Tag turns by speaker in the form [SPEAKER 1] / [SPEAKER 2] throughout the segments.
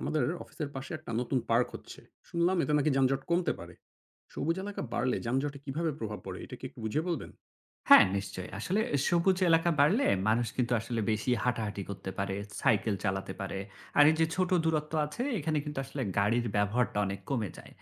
[SPEAKER 1] আমাদের অফিসের পাশে একটা নতুন পার্ক হচ্ছে। শুনলাম এতে নাকি যানজট কমতে পারে। সবুজ এলাকা বাড়লে যানজটে কিভাবে প্রভাব পড়ে, এটা কি একটু বুঝিয়ে বলবেন?
[SPEAKER 2] হ্যাঁ, নিশ্চয়ই। আসলে সবুজ এলাকা বাড়লে মানুষ কিন্তু আসলে বেশি হাঁটাহাঁটি করতে পারে, সাইকেল চালাতে পারে। আর এই যে ছোট দূরত্ব আছে এখানে কিন্তু আসলে গাড়ির ব্যবহারটা অনেক কমে যায়।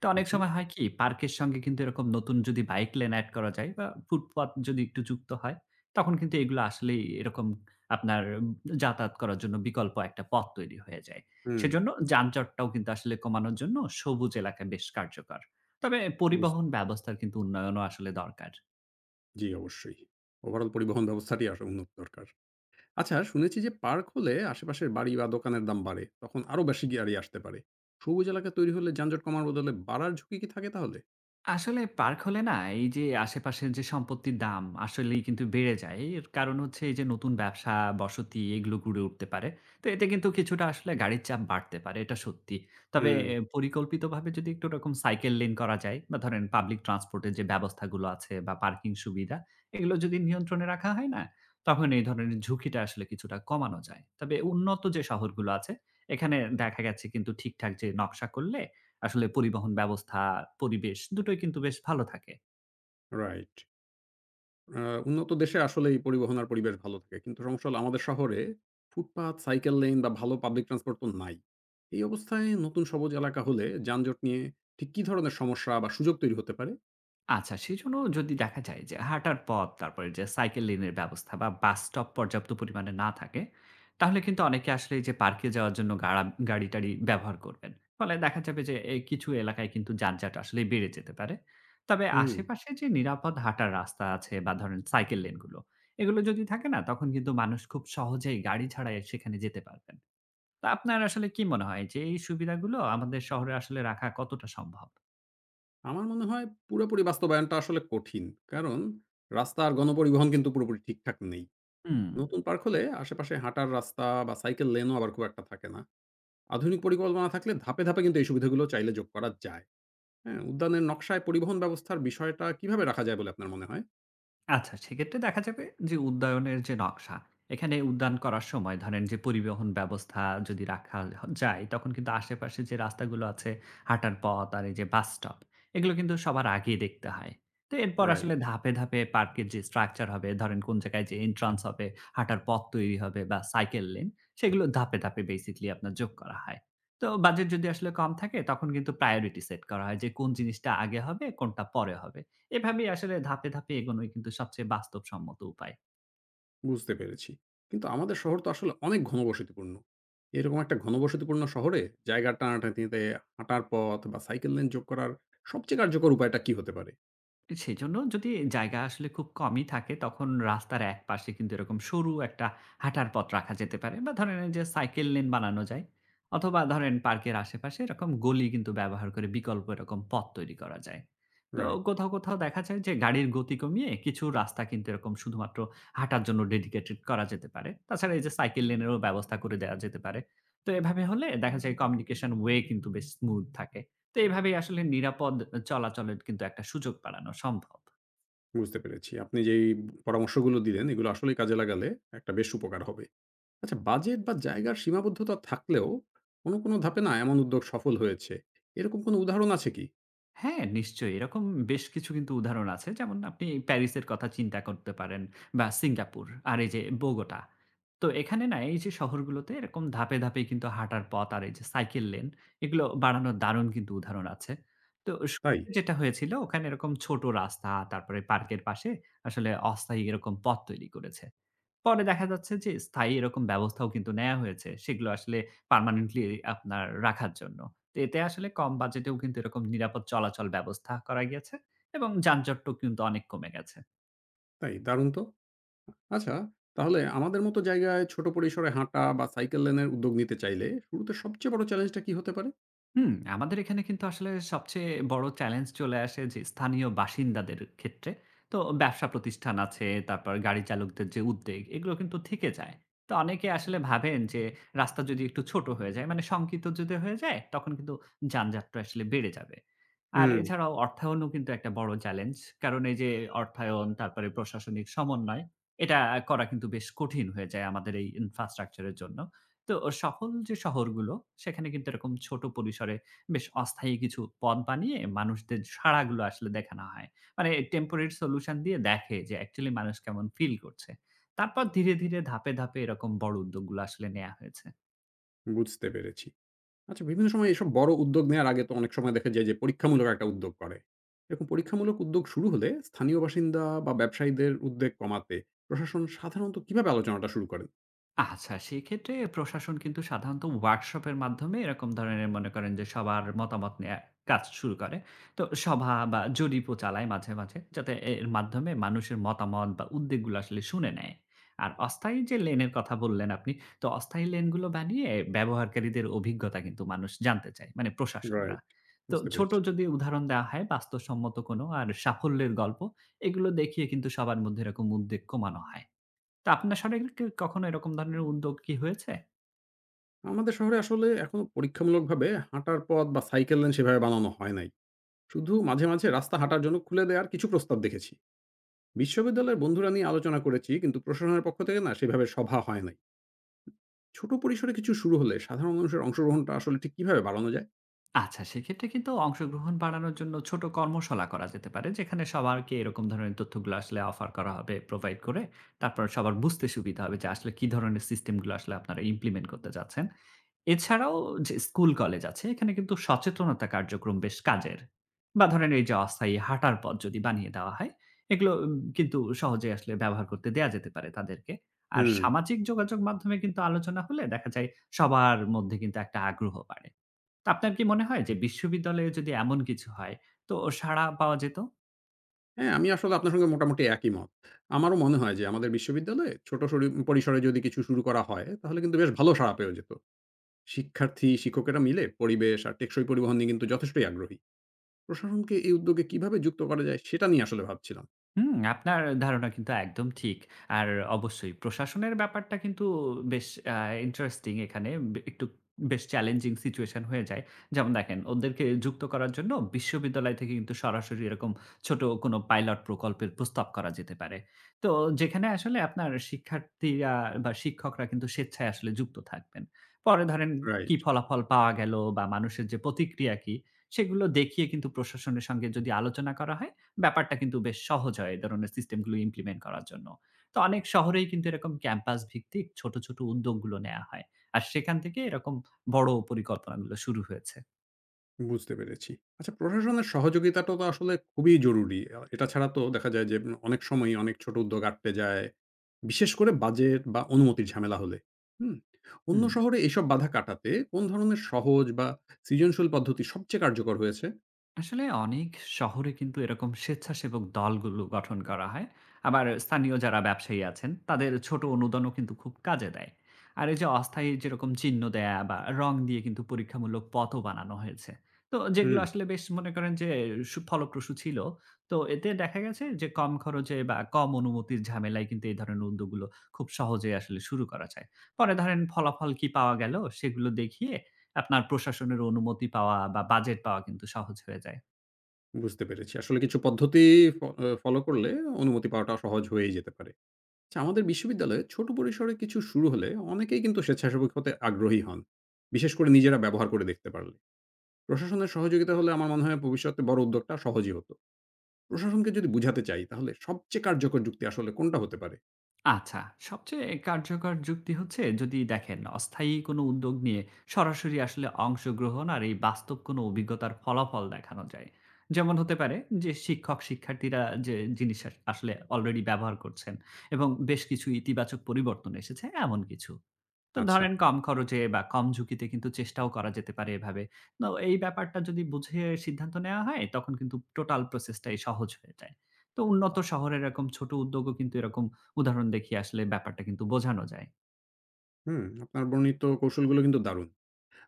[SPEAKER 2] তো অনেক
[SPEAKER 1] আচ্ছা।
[SPEAKER 2] সময় হয় কি পার্কের সঙ্গে কিন্তু এরকম নতুন যদি বাইক লেন এড করা যায় বা ফুটপাত যদি একটু যুক্ত হয়, তখন কিন্তু এগুলো আসলেই এরকম আপনার যাতায়াত করার জন্য বিকল্প একটা পথ তৈরি হয়ে যায়।
[SPEAKER 1] হুম।
[SPEAKER 2] সেজন্য যানজটটাও কিন্তু আসলে কমানোর জন্য সবুজ এলাকা বেশ কার্যকর। তবে
[SPEAKER 1] বুঝ-
[SPEAKER 2] পরিবহন ব্যবস্থার কিন্তু উন্নয়নও আসলে দরকার।
[SPEAKER 1] জি, অবশ্যই। ওভারঅল পরিবহন ব্যবস্থাটি আসলে উন্নত দরকার। আচ্ছা, শুনেছি যে পার্ক হলে আশেপাশের বাড়ি বা দোকানের দাম বাড়ে, তখন আরো বেশি গাড়ি আসতে পারে। সবুজ এলাকা তৈরি হলে যানজট কমার বদলে বাড়ার ঝুঁকি কি থাকে তাহলে?
[SPEAKER 2] আসলে পার্ক হলে না এই যে আশেপাশের যে সম্পত্তির দাম আসলেই কিন্তু বেড়ে যায়। এর কারণ হচ্ছে এই যে নতুন ব্যবসা, বসতি এগুলো গড়ে উঠতে পারে। তো এতে কিন্তু কিছুটা আসলে গাড়ির চাপ বাড়তে পারে, এটা সত্যি। তবে
[SPEAKER 1] হুম।
[SPEAKER 2] এ পরিকল্পিতভাবে যদি একটু ওরকম সাইকেল লেন করা যায় বা ধরেন পাবলিক ট্রান্সপোর্ট এর যে ব্যবস্থাগুলো আছে বা পার্কিং সুবিধা এগুলো যদি নিয়ন্ত্রণে রাখা হয় না, তখন এই ধরনের ঝুঁকিটা আসলে কিছুটা কমানো যায়। তবে উন্নত যে শহরগুলো আছে, এখানে দেখা গেছে কিন্তু ঠিকঠাক যে নকশা করলে আসলে পরিবহন ব্যবস্থা, পরিবেশ দুটোই কিন্তু বেশ ভালো থাকে।
[SPEAKER 1] রাইট। আ উন্নত দেশে আসলে এই পরিবহন আর পরিবেশ ভালো থাকে। কিন্তু সমস্যা হলো আমাদের শহরে ফুটপাত, সাইকেল লেইন বা ভালো পাবলিক ট্রান্সপোর্ট তো নাই। এই অবস্থায় নতুন সবুজ এলাকা হলে যানজট নিয়ে ঠিক কি ধরনের সমস্যা বা সুযোগ তৈরি হতে পারে?
[SPEAKER 2] আচ্ছা, সেজন্য যদি দেখা যায় যে হাঁটার পথ, তারপরে যে সাইকেল লেনের ব্যবস্থা বা বাস স্টপ পর্যাপ্ত পরিমাণে না থাকে, তাহলে কিন্তু অনেকে আসলে এই যে পার্কে যাওয়ার জন্য গাড়ি-টাড়ি ব্যবহার করবেন। ফলে দেখা যাবে যে এই কিছু এলাকায় কিন্তু যানজট আসলেই বেড়ে যেতে পারে। তবে
[SPEAKER 1] হুম।
[SPEAKER 2] আশেপাশে যে নিরাপদ হাঁটার রাস্তা আছে বা ধরেন সাইকেল লেনগুলো, এগুলো যদি থাকে না তখন কিন্তু মানুষ খুব সহজেই গাড়ি ছাড়াই সেখানে যেতে পারবেন। তো আপনার আসলে কি মনে হয় যে এই সুবিধাগুলো আমাদের শহরে আসলে রাখা কতটা সম্ভব?
[SPEAKER 1] আমার মনে হয় পুরোপুরি বাস্তবায়নটা আসলে কঠিন। কারণ রাস্তা আর গণপরিবহন কিন্তু পুরোপুরি ঠিকঠাক নেই।
[SPEAKER 2] হুম।
[SPEAKER 1] নতুন পার্ক হলে আশেপাশে হাঁটার রাস্তা বা সাইকেল লেনও আবার খুব একটা থাকে না। আধুনিক পরিকল্পনা থাকলে ধাপে, ধাপে কিন্তু এই সুবিধাগুলো চাইলে যোগ করা যায়। হ্যাঁ? উদ্যানের নকশায় পরিবহন ব্যবস্থার বিষয়টা কিভাবে রাখা যায় বলে আপনার মনে হয়?
[SPEAKER 2] আচ্ছা, সেক্ষেত্রে দেখা যাবে যে উদ্যানের যে নকশা, এখানে উদ্যান করার সময় ধরেন যে পরিবহন ব্যবস্থা যদি রাখা যায়, তখন কিন্তু আশেপাশে যে রাস্তাগুলো আছে, হাঁটার পথ আর এই যে বাস স্টপ, এগুলো কিন্তু সবার আগে দেখতে হয়। তো এরপর আসলে
[SPEAKER 1] রাইট।
[SPEAKER 2] ধাপে, ধাপে পার্কের যে স্ট্রাকচার হবে, ধরেন কোন জায়গায় যে এন্ট্রান্স হবে, হাঁটার পথ তৈরি হবে বা সাইকেল লেন, সেগুলো ধাপে, ধাপে বেসিক্যালি আপনার যোগ করা হয়। তো বাজেট যদি আসলে কম থাকে, তখন কিন্তু প্রায়োরিটি সেট করা হয় যে কোন জিনিসটা আগে হবে, কোনটা পরে হবে। এভাবেই আসলে ধাপে, ধাপে এগোনোই কিন্তু সবচেয়ে বাস্তবসম্মত উপায়।
[SPEAKER 1] বুঝতে পেরেছি। কিন্তু আমাদের শহর তো আসলে অনেক ঘনবসতিপূর্ণ। এরকম একটা ঘনবসতিপূর্ণ শহরে জায়গা টানাটানিতে হাঁটার পথ বা সাইকেল লেন যোগ করার সবচেয়ে কার্যকর উপায়টা কি হতে পারে?
[SPEAKER 2] সেজন্য যদি জায়গা আসলে খুব কমই থাকে, তখন রাস্তার একপাশে কিন্তু এরকম সরু একটা হাঁটার পথ রাখা যেতে পারে বা ধরেন এই যে সাইকেল লেন বানানো যায়, অথবা ধরেন পার্কের আশেপাশে এরকম গলি কিন্তু ব্যবহার করে বিকল্প এরকম পথ তৈরি করা যায়। তো
[SPEAKER 1] রাইট।
[SPEAKER 2] কোথাও, কোথাও দেখা যায় যে গাড়ির গতি কমিয়ে কিছু রাস্তা কিন্তু এরকম শুধুমাত্র হাঁটার জন্য ডেডিকেটেড করা যেতে পারে। তাছাড়া এই যে সাইকেল লেনেরও ব্যবস্থা করে দেয়া যেতে পারে। তো এভাবে হলে দেখা যায় কমিউনিকেশন ওয়ে কিন্তু বেশ স্মুথ থাকে। তো এভাবেই আসলে নিরাপদ চলাচলের কিন্তু একটা সুযোগ বাড়ানো সম্ভব।
[SPEAKER 1] বুঝতে পেরেছি। আপনি যেই পরামর্শগুলো দিলেন, এগুলো আসলেই কাজে লাগালে একটা বেশ উপকার হবে। আচ্ছা, বাজেট বা জায়গার সীমাবদ্ধতা থাকলেও কোনো, কোনো ধাপে না এমন উদ্যোগ সফল হয়েছে। এরকম কোনো উদাহরণ আছে কি?
[SPEAKER 2] হ্যাঁ, নিশ্চয়ই এরকম বেশ কিছু কিন্তু উদাহরণ আছে। যেমন আপনি প্যারিসের কথা চিন্তা করতে পারেন, বা সিঙ্গাপুর, আর এই যে বোগোটা। তো এখানে না এই যে শহরগুলোতে এরকম ধাপে, ধাপে কিন্তু হাঁটার পথ আর এই যে সাইকেল লেন এগুলো বাড়ানোর দারুণ কিন্তু উদাহরণ আছে। তো
[SPEAKER 1] তাই।
[SPEAKER 2] শুরুতে যেটা হয়েছিল ওখানে এরকম ছোট রাস্তা, তারপরে পার্কের পাশে আসলে অস্থায়ী এরকম পথ তৈরি করেছে। পরে দেখা যাচ্ছে যে স্থায়ী এরকম ব্যবস্থাও কিন্তু নেয়া হয়েছে। সেগুলো আসলে পার্মানেন্টলি আপনার রাখার জন্য। তো এতে আসলে কম বাজেটেও কিন্তু এরকম নিরাপদ চলাচল ব্যবস্থা করা গিয়েছে এবং যানজটও কিন্তু অনেক কমে গেছে।
[SPEAKER 1] তাই, দারুণ তো। আচ্ছা, তাহলে আমাদের মতো জায়গায় ছোট পরিসরে হাঁটা বা সাইকেল লেনের উদ্যোগ নিতে চাইলে শুরুতে সবচেয়ে বড় চ্যালেঞ্জটা কি হতে পারে?
[SPEAKER 2] হুম, আমাদের এখানে কিন্তু আসলে সবচেয়ে বড় চ্যালেঞ্জ চলে আসে যে স্থানীয় বাসিন্দাদের ক্ষেত্রে। তো ব্যবসা প্রতিষ্ঠান আছে, তারপর গাড়ি চালকদের যে উদ্বেগ, এগুলো কিন্তু থেকে যায়। তো অনেকে আসলে ভাবেন যে রাস্তা যদি একটু ছোট হয়ে যায়, মানে শঙ্কিত যদি হয়ে যায়, তখন কিন্তু যানজটটা আসলে বেড়ে যাবে। আর
[SPEAKER 1] হুম।
[SPEAKER 2] এছাড়াও অর্থায়নও কিন্তু একটা বড় চ্যালেঞ্জ। কারণ এই যে অর্থায়ন, তারপরে প্রশাসনিক সমন্বয়, এটা করা কিন্তু বেশ কঠিন হয়ে যায় আমাদের এই ইনফ্রাস্ট্রাকচার এর জন্য। তো সফল যে শহরগুলো, সেখানে কিন্তু এরকম ছোট পরিসরে বেশ অস্থায়ী কিছু পথ বানিয়ে মানুষদের সাড়াগুলো আসলে দেখানো হয়। মানে টেম্পোরারি সলিউশন দিয়ে দেখে যে অ্যাকচুয়ালি মানুষ কেমন ফিল করছে। তারপর ধীরে, ধীরে ধাপে, ধাপে এরকম বড় উদ্যোগগুলো আসলে নেয়া হয়েছে।
[SPEAKER 1] বুঝতে পেরেছি। আচ্ছা, বিভিন্ন সময় এসব বড় উদ্যোগ নেওয়ার আগে তো অনেক সময় দেখা যায় যে পরীক্ষামূলক একটা উদ্যোগ করে। এরকম পরীক্ষামূলক উদ্যোগ শুরু হলে স্থানীয় বাসিন্দা বা ব্যবসায়ীদের উদ্বেগ কমাতে প্রশাসন সাধারণত কিভাবে আলোচনাটা শুরু করেন?
[SPEAKER 2] আচ্ছা, সেক্ষেত্রে প্রশাসন কিন্তু সাধারণত ওয়ার্কশপের মাধ্যমে এরকম ধরনের মনে করেন যে সবার মতামত নেয়া কাজ শুরু করে। তো সভা বা জরিপও চালায় মাঝে, মাঝে যাতে এর মাধ্যমে মানুষের মতামত বা উদ্বেগগুলো আসলে শুনে নেয়। আর অস্থায়ী যে লেনের কথা বললেন আপনি, তো অস্থায়ী লেনগুলো বানিয়ে ব্যবহারকারীদের অভিজ্ঞতা কিন্তু মানুষ জানতে চায়, মানে প্রশাসনরা।
[SPEAKER 1] রাইট।
[SPEAKER 2] তো
[SPEAKER 1] বুঝতে
[SPEAKER 2] ছোট
[SPEAKER 1] পেরেছি।
[SPEAKER 2] যদি উদাহরণ দেওয়া হয় বাস্তবসম্মত কোনো আর সাফল্যের গল্প, এগুলো দেখিয়ে কিন্তু সবার মধ্যে এরকম উদ্বেগ কমানো হয়। তা আপনার সঙ্গে কি কখনো এরকম ধরনের উদ্যোগ কি হয়েছে?
[SPEAKER 1] আমাদের শহরে আসলে এখনো পরীক্ষামূলকভাবে হাঁটার পথ বা সাইকেল লেন সেভাবে বানানো হয় নাই। শুধু মাঝে, মাঝে রাস্তা হাঁটার জন্য খুলে দেওয়ার কিছু প্রস্তাব দেখেছি। বিশ্ববিদ্যালয়ের বন্ধুরা নিয়ে আলোচনা করেছি, কিন্তু প্রশাসনের পক্ষ থেকে না সেভাবে সভা হয় নাই। ছোট পরিসরে কিছু শুরু হলে সাধারণ মানুষের অংশগ্রহণটা আসলে ঠিক কিভাবে বাড়ানো যায়?
[SPEAKER 2] আচ্ছা, সেক্ষেত্রে কিন্তু অংশগ্রহণ বাড়ানোর জন্য ছোট কর্মশালা করা যেতে পারে। যেখানে সবারকে এরকম ধরনের তথ্যগুলো আসলে অফার করা হবে, প্রোভাইড করে। তারপর সবার বুঝতে সুবিধা হবে যে আসলে কি ধরনের সিস্টেমগুলো আসলে আপনারা ইমপ্লিমেন্ট করতে যাচ্ছেন। এছাড়াও যে স্কুল, কলেজ আছে, এখানে কিন্তু সচেতনতা কার্যক্রম বেশ কাজের। বা ধরেন এই যে অস্থায়ী হাঁটার পথ যদি বানিয়ে দেওয়া হয়, এগুলো কিন্তু সহজে আসলে ব্যবহার করতে দেয়া যেতে পারে তাদেরকে। আর
[SPEAKER 1] হুম।
[SPEAKER 2] সামাজিক যোগাযোগ মাধ্যমে কিন্তু আলোচনা হলে দেখা যায় সবার মধ্যে কিন্তু একটা আগ্রহ বাড়ে। তো আপনার কি মনে হয় যে বিশ্ববিদ্যালয়ে যদি এমন কিছু হয়, তো সাড়া পাওয়া যেত?
[SPEAKER 1] হ্যাঁ, আমি আসলে আপনার সঙ্গে মোটামুটি একই মত। আমারও মনে হয় যে আমাদের বিশ্ববিদ্যালয়ে ছোট পরিসরে যদি কিছু শুরু করা হয় তাহলে কিন্তু বেশ ভালো সাড়া পেয়ে যেত। শিক্ষার্থী শিক্ষকেরা মিলে পরিবেশ আর টেকসই পরিবহন নিয়ে কিন্তু যথেষ্টই আগ্রহী। প্রশাসনকে এই উদ্যোগে কিভাবে যুক্ত করা যায় সেটা নিয়ে আসলে ভাবছিলাম।
[SPEAKER 2] হুম, আপনার ধারণা কিন্তু একদম ঠিক। আর অবশ্যই প্রশাসনের ব্যাপারটা কিন্তু বেশ আ ইন্টারেস্টিং, এখানে একটু বেশ চ্যালেঞ্জিং সিচুয়েশন হয়ে যায়। যেমন দেখেন ওদেরকে যুক্ত করার জন্য বিশ্ববিদ্যালয় থেকে কিন্তু সরাসরি এরকম ছোট কোনো পাইলট প্রকল্পের প্রস্তাব করা যেতে পারে। তো যেখানে আসলে আপনার শিক্ষার্থীরা বা শিক্ষকরা কিন্তু স্বেচ্ছায় আসলে যুক্ত থাকবেন। পরে ধরেন কি
[SPEAKER 1] রাইট।
[SPEAKER 2] ফলাফল পাওয়া গেল বা মানুষের যে প্রতিক্রিয়া কি, সেগুলো দেখিয়ে কিন্তু প্রশাসনের সঙ্গে যদি আলোচনা করা হয়, ব্যাপারটা কিন্তু বেশ সহজ হয় এ ধরনের সিস্টেমগুলো ইমপ্লিমেন্ট করার জন্য। তো অনেক শহরেই কিন্তু এরকম ক্যাম্পাস ভিত্তিক ছোট, ছোট উদ্যোগগুলো নেয়া হয়। আর সেখান থেকে এরকম বড় পরিকল্পনাগুলো শুরু হয়েছে।
[SPEAKER 1] বুঝতে পেরেছি। আচ্ছা, প্রশাসনের সহযোগিতাটা তো আসলে খুবই জরুরি। এটা ছাড়া তো দেখা যায় যে, অনেক সময়ই অনেক ছোট উদ্যোগ আটকে যায়। বিশেষ করে বাজেট বা অনুমতির ঝামেলা হলে। হুম? অন্য
[SPEAKER 2] হুম।
[SPEAKER 1] শহরে এসব বাধা কাটাতে কোন ধরনের সহজ বা সৃজনশীল পদ্ধতি সবচেয়ে কার্যকর হয়েছে?
[SPEAKER 2] আসলে অনেক শহরে কিন্তু এরকম স্বেচ্ছাসেবক দলগুলো গঠন করা হয়। আবার স্থানীয় যারা ব্যবসায়ী আছেন, তাদের ছোট অনুদানও কিন্তু খুব কাজে দেয়। আর এই যে অস্থায়ী যেরকম চিহ্ন দেয়া বা রং দিয়ে কিন্তু পরীক্ষামূলক পথও বানানো হয়েছে, তো যেগুলো
[SPEAKER 1] হুম।
[SPEAKER 2] আসলে বেশ মনে করেন যে ফলপ্রসূ ছিল। তো এতে দেখা গেছে যে কম খরচে বা কম অনুমতির ঝামেলায় কিন্তু এই ধরনের উদ্যোগগুলো খুব সহজে আসলে শুরু করা যায়। পরে ধরেন ফলাফল কি পাওয়া গেল সেগুলো দেখিয়ে আপনার প্রশাসনের অনুমতি পাওয়া বা বাজেট পাওয়া কিন্তু সহজ হয়ে যায়।
[SPEAKER 1] বুঝতে পেরেছি। আসলে কিছু পদ্ধতি ফ আ ফলো করলে অনুমতি পাওয়াটা সহজ হয়েই যেতে পারে। আচ্ছা, আমাদের বিশ্ববিদ্যালয়ে ছোট পরিসরে কিছু শুরু হলে অনেকেই কিন্তু স্বেচ্ছাসেবক হতে আগ্রহী হন। বিশেষ করে নিজেরা ব্যবহার করে দেখতে পারলে। প্রশাসনের সহযোগিতা হলে আমার মনে হয় ভবিষ্যতে বড় উদ্যোগটা সহজই হতো। প্রশাসনকে যদি বুঝাতে চাই তাহলে সবচেয়ে কার্যকর যুক্তি আসলে কোনটা হতে পারে?
[SPEAKER 2] আচ্ছা, সবচেয়ে কার্যকর যুক্তি হচ্ছে যদি দেখেন অস্থায়ী কোনো উদ্যোগ নিয়ে সরাসরি আসলে অংশগ্রহণ আর এই বাস্তব কোনো অভিজ্ঞতার ফলাফল দেখানো যায়। যেমন হতে পারে যে শিক্ষক শিক্ষার্থীরা যে জিনিস আসলে অলরেডি ব্যবহার করছেন এবং বেশ কিছু ইতিবাচক পরিবর্তন এসেছে এমন কিছু। তো
[SPEAKER 1] আচ্ছা।
[SPEAKER 2] ধরেন কম খরচে বা কম ঝুঁকিতে কিন্তু চেষ্টাও করা যেতে পারে এভাবে। তো এই ব্যাপারটা যদি বুঝে সিদ্ধান্ত নেওয়া হয়, তখন কিন্তু টোটাল প্রসেসটাই সহজ হয়ে যায়। তো উন্নত শহরে এরকম ছোট উদ্যোগও কিন্তু এরকম উদাহরণ দেখিয়ে আসলে ব্যাপারটা কিন্তু বোঝানো যায়।
[SPEAKER 1] হুম, আপনার বর্ণিত কৌশলগুলো কিন্তু দারুণ।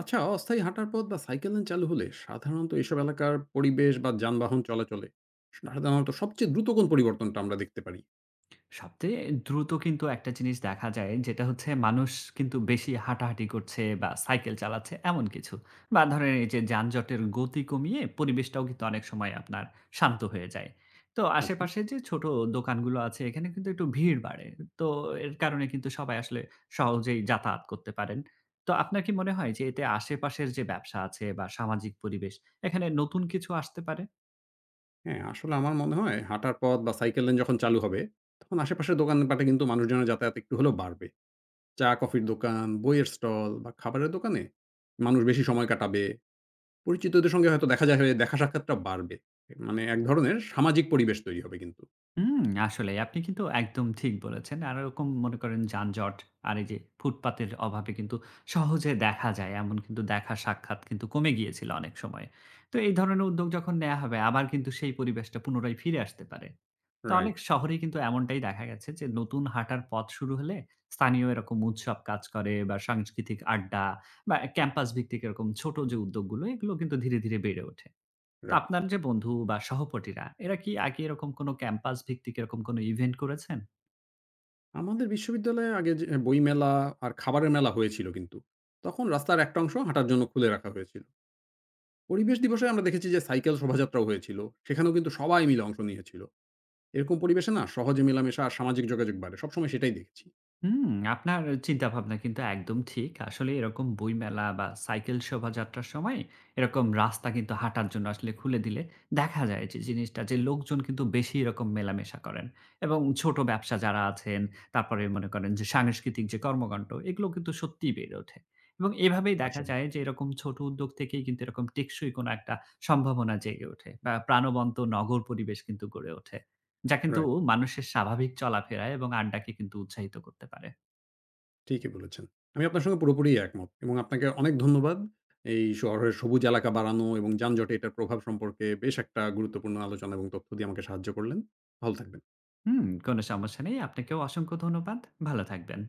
[SPEAKER 1] আচ্ছা, অস্থায়ী হাঁটার পথ বা সাইকেল লেন চালু হলে সাধারণত এসব এলাকার পরিবেশ বা যানবাহন চলাচলে সাধারণত সবচেয়ে দ্রুত কোন পরিবর্তনটা আমরা দেখতে পারি?
[SPEAKER 2] সবচেয়ে দ্রুত কিন্তু একটা জিনিস দেখা যায়, যেটা হচ্ছে মানুষ কিন্তু বেশি হাঁটাহাঁটি করছে বা সাইকেল চালাচ্ছে এমন কিছু। বা ধরেন এই যে যানজটের গতি কমিয়ে পরিবেশটাও কিন্তু অনেক সময় আপনার শান্ত হয়ে যায়। তো
[SPEAKER 1] আচ্ছা।
[SPEAKER 2] আশেপাশে যে ছোট দোকানগুলো আছে, এখানে কিন্তু একটু ভিড় বাড়ে। তো এর কারণে কিন্তু সবাই আসলে সহজেই যাতায়াত করতে পারেন। তো আপনার কি মনে হয় যে এতে আশেপাশের যে ব্যবসা আছে বা সামাজিক পরিবেশ, এখানে নতুন কিছু আসতে পারে?
[SPEAKER 1] হ্যাঁ, আসলে আমার মনে হয় হাঁটার পথ বা সাইকেল লেন যখন চালু হবে, তখন আশেপাশের দোকানপাটে কিন্তু মানুষজনের যাতায়াত একটু হলেও বাড়বে। চা-কফির দোকান, বইয়ের স্টল বা খাবারের দোকানে মানুষ বেশি সময় কাটাবে। পরিচিতদের সঙ্গে হয়তো দেখা যায় হয়ে দেখা সাক্ষাৎটা বাড়বে। মানে এক ধরনের সামাজিক পরিবেশ তৈরি হবে কিন্তু।
[SPEAKER 2] হুম, আসলেই আপনি কিন্তু একদম ঠিক বলেছেন। আর ওরকম মনে করেন যানজট আর এই যে ফুটপাতের অভাবে কিন্তু সহজে দেখা যায় এমন কিন্তু দেখা সাক্ষাৎ কিন্তু কমে গিয়েছিল অনেক সময়ে। তো এই ধরনের উদ্যোগ যখন নেয়া হবে, আবার কিন্তু সেই পরিবেশটা পুনরায় ফিরে আসতে পারে। তো
[SPEAKER 1] রাইট,
[SPEAKER 2] অনেক শহরেই কিন্তু এমনটাই দেখা গেছে যে নতুন হাঁটার পথ শুরু হলে স্থানীয় এরকম উৎসব কাজ করে বা সাংস্কৃতিক আড্ডা বা ক্যাম্পাস ভিত্তিক এরকম ছোট যে উদ্যোগগুলো, এগুলো কিন্তু ধীরে, ধীরে বেড়ে ওঠে। তো
[SPEAKER 1] রাইট।
[SPEAKER 2] আপনার যে বন্ধু বা সহপাঠীরা, এরা কি আগে এরকম কোনো ক্যাম্পাস ভিত্তিক এরকম কোনো ইভেন্ট করেছেন?
[SPEAKER 1] আমাদের বিশ্ববিদ্যালয়ে আগে যে বইমেলা আর খাবারের মেলা হয়েছিল কিন্তু। তখন রাস্তার একটা অংশ হাঁটার জন্য খুলে রাখা হয়েছিল। পরিবেশ দিবসে আমরা দেখেছি যে সাইকেল শোভাযাত্রাও হয়েছিল। সেখানেও কিন্তু সবাই মিলে অংশ নিয়েছিল। এরকম পরিবেশে না সহজে মেলামেশা আর সামাজিক যোগাযোগ বাড়ে। সবসময় সেটাই দেখেছি।
[SPEAKER 2] হুম, আপনার চিন্তাভাবনা কিন্তু একদম ঠিক। আসলে এরকম বইমেলা বা সাইকেল শোভাযাত্রার সময় এরকম রাস্তা কিন্তু হাঁটার জন্য আসলে খুলে দিলে দেখা যায় যে জিনিসটা, যে লোকজন কিন্তু বেশি এরকম মেলামেশা করেন এবং ছোট ব্যবসা যারা আছেন, তারপরে মনে করেন যে সাংস্কৃতিক যে কর্মকাণ্ড, এগুলো কিন্তু সত্যিই বেড়ে ওঠে। এবং এভাবেই দেখা
[SPEAKER 1] আসলে।
[SPEAKER 2] যায় যে এরকম ছোট উদ্যোগ থেকেই কিন্তু এরকম টেকসই কোনো একটা সম্ভাবনা জেগে ওঠে বা প্রাণবন্ত নগর পরিবেশ কিন্তু গড়ে ওঠে। যা কিন্তু
[SPEAKER 1] রাইট।
[SPEAKER 2] মানুষের স্বাভাবিক চলাফেরা এবং আড্ডাকে কিন্তু উৎসাহিত করতে পারে।
[SPEAKER 1] ঠিকই বলেছেন। আমি আপনার সঙ্গে পুরোপুরিই একমত এবং আপনাকে অনেক ধন্যবাদ। এই শহরের সবুজ এলাকা বাড়ানো এবং যানজটে এটার প্রভাব সম্পর্কে বেশ একটা গুরুত্বপূর্ণ আলোচনা এবং তথ্য দিয়ে আমাকে সাহায্য করলেন। ভালো থাকবেন।
[SPEAKER 2] হুম, কোনো সমস্যা নেই। আপনাকেও অসংখ্য ধন্যবাদ। ভালো থাকবেন।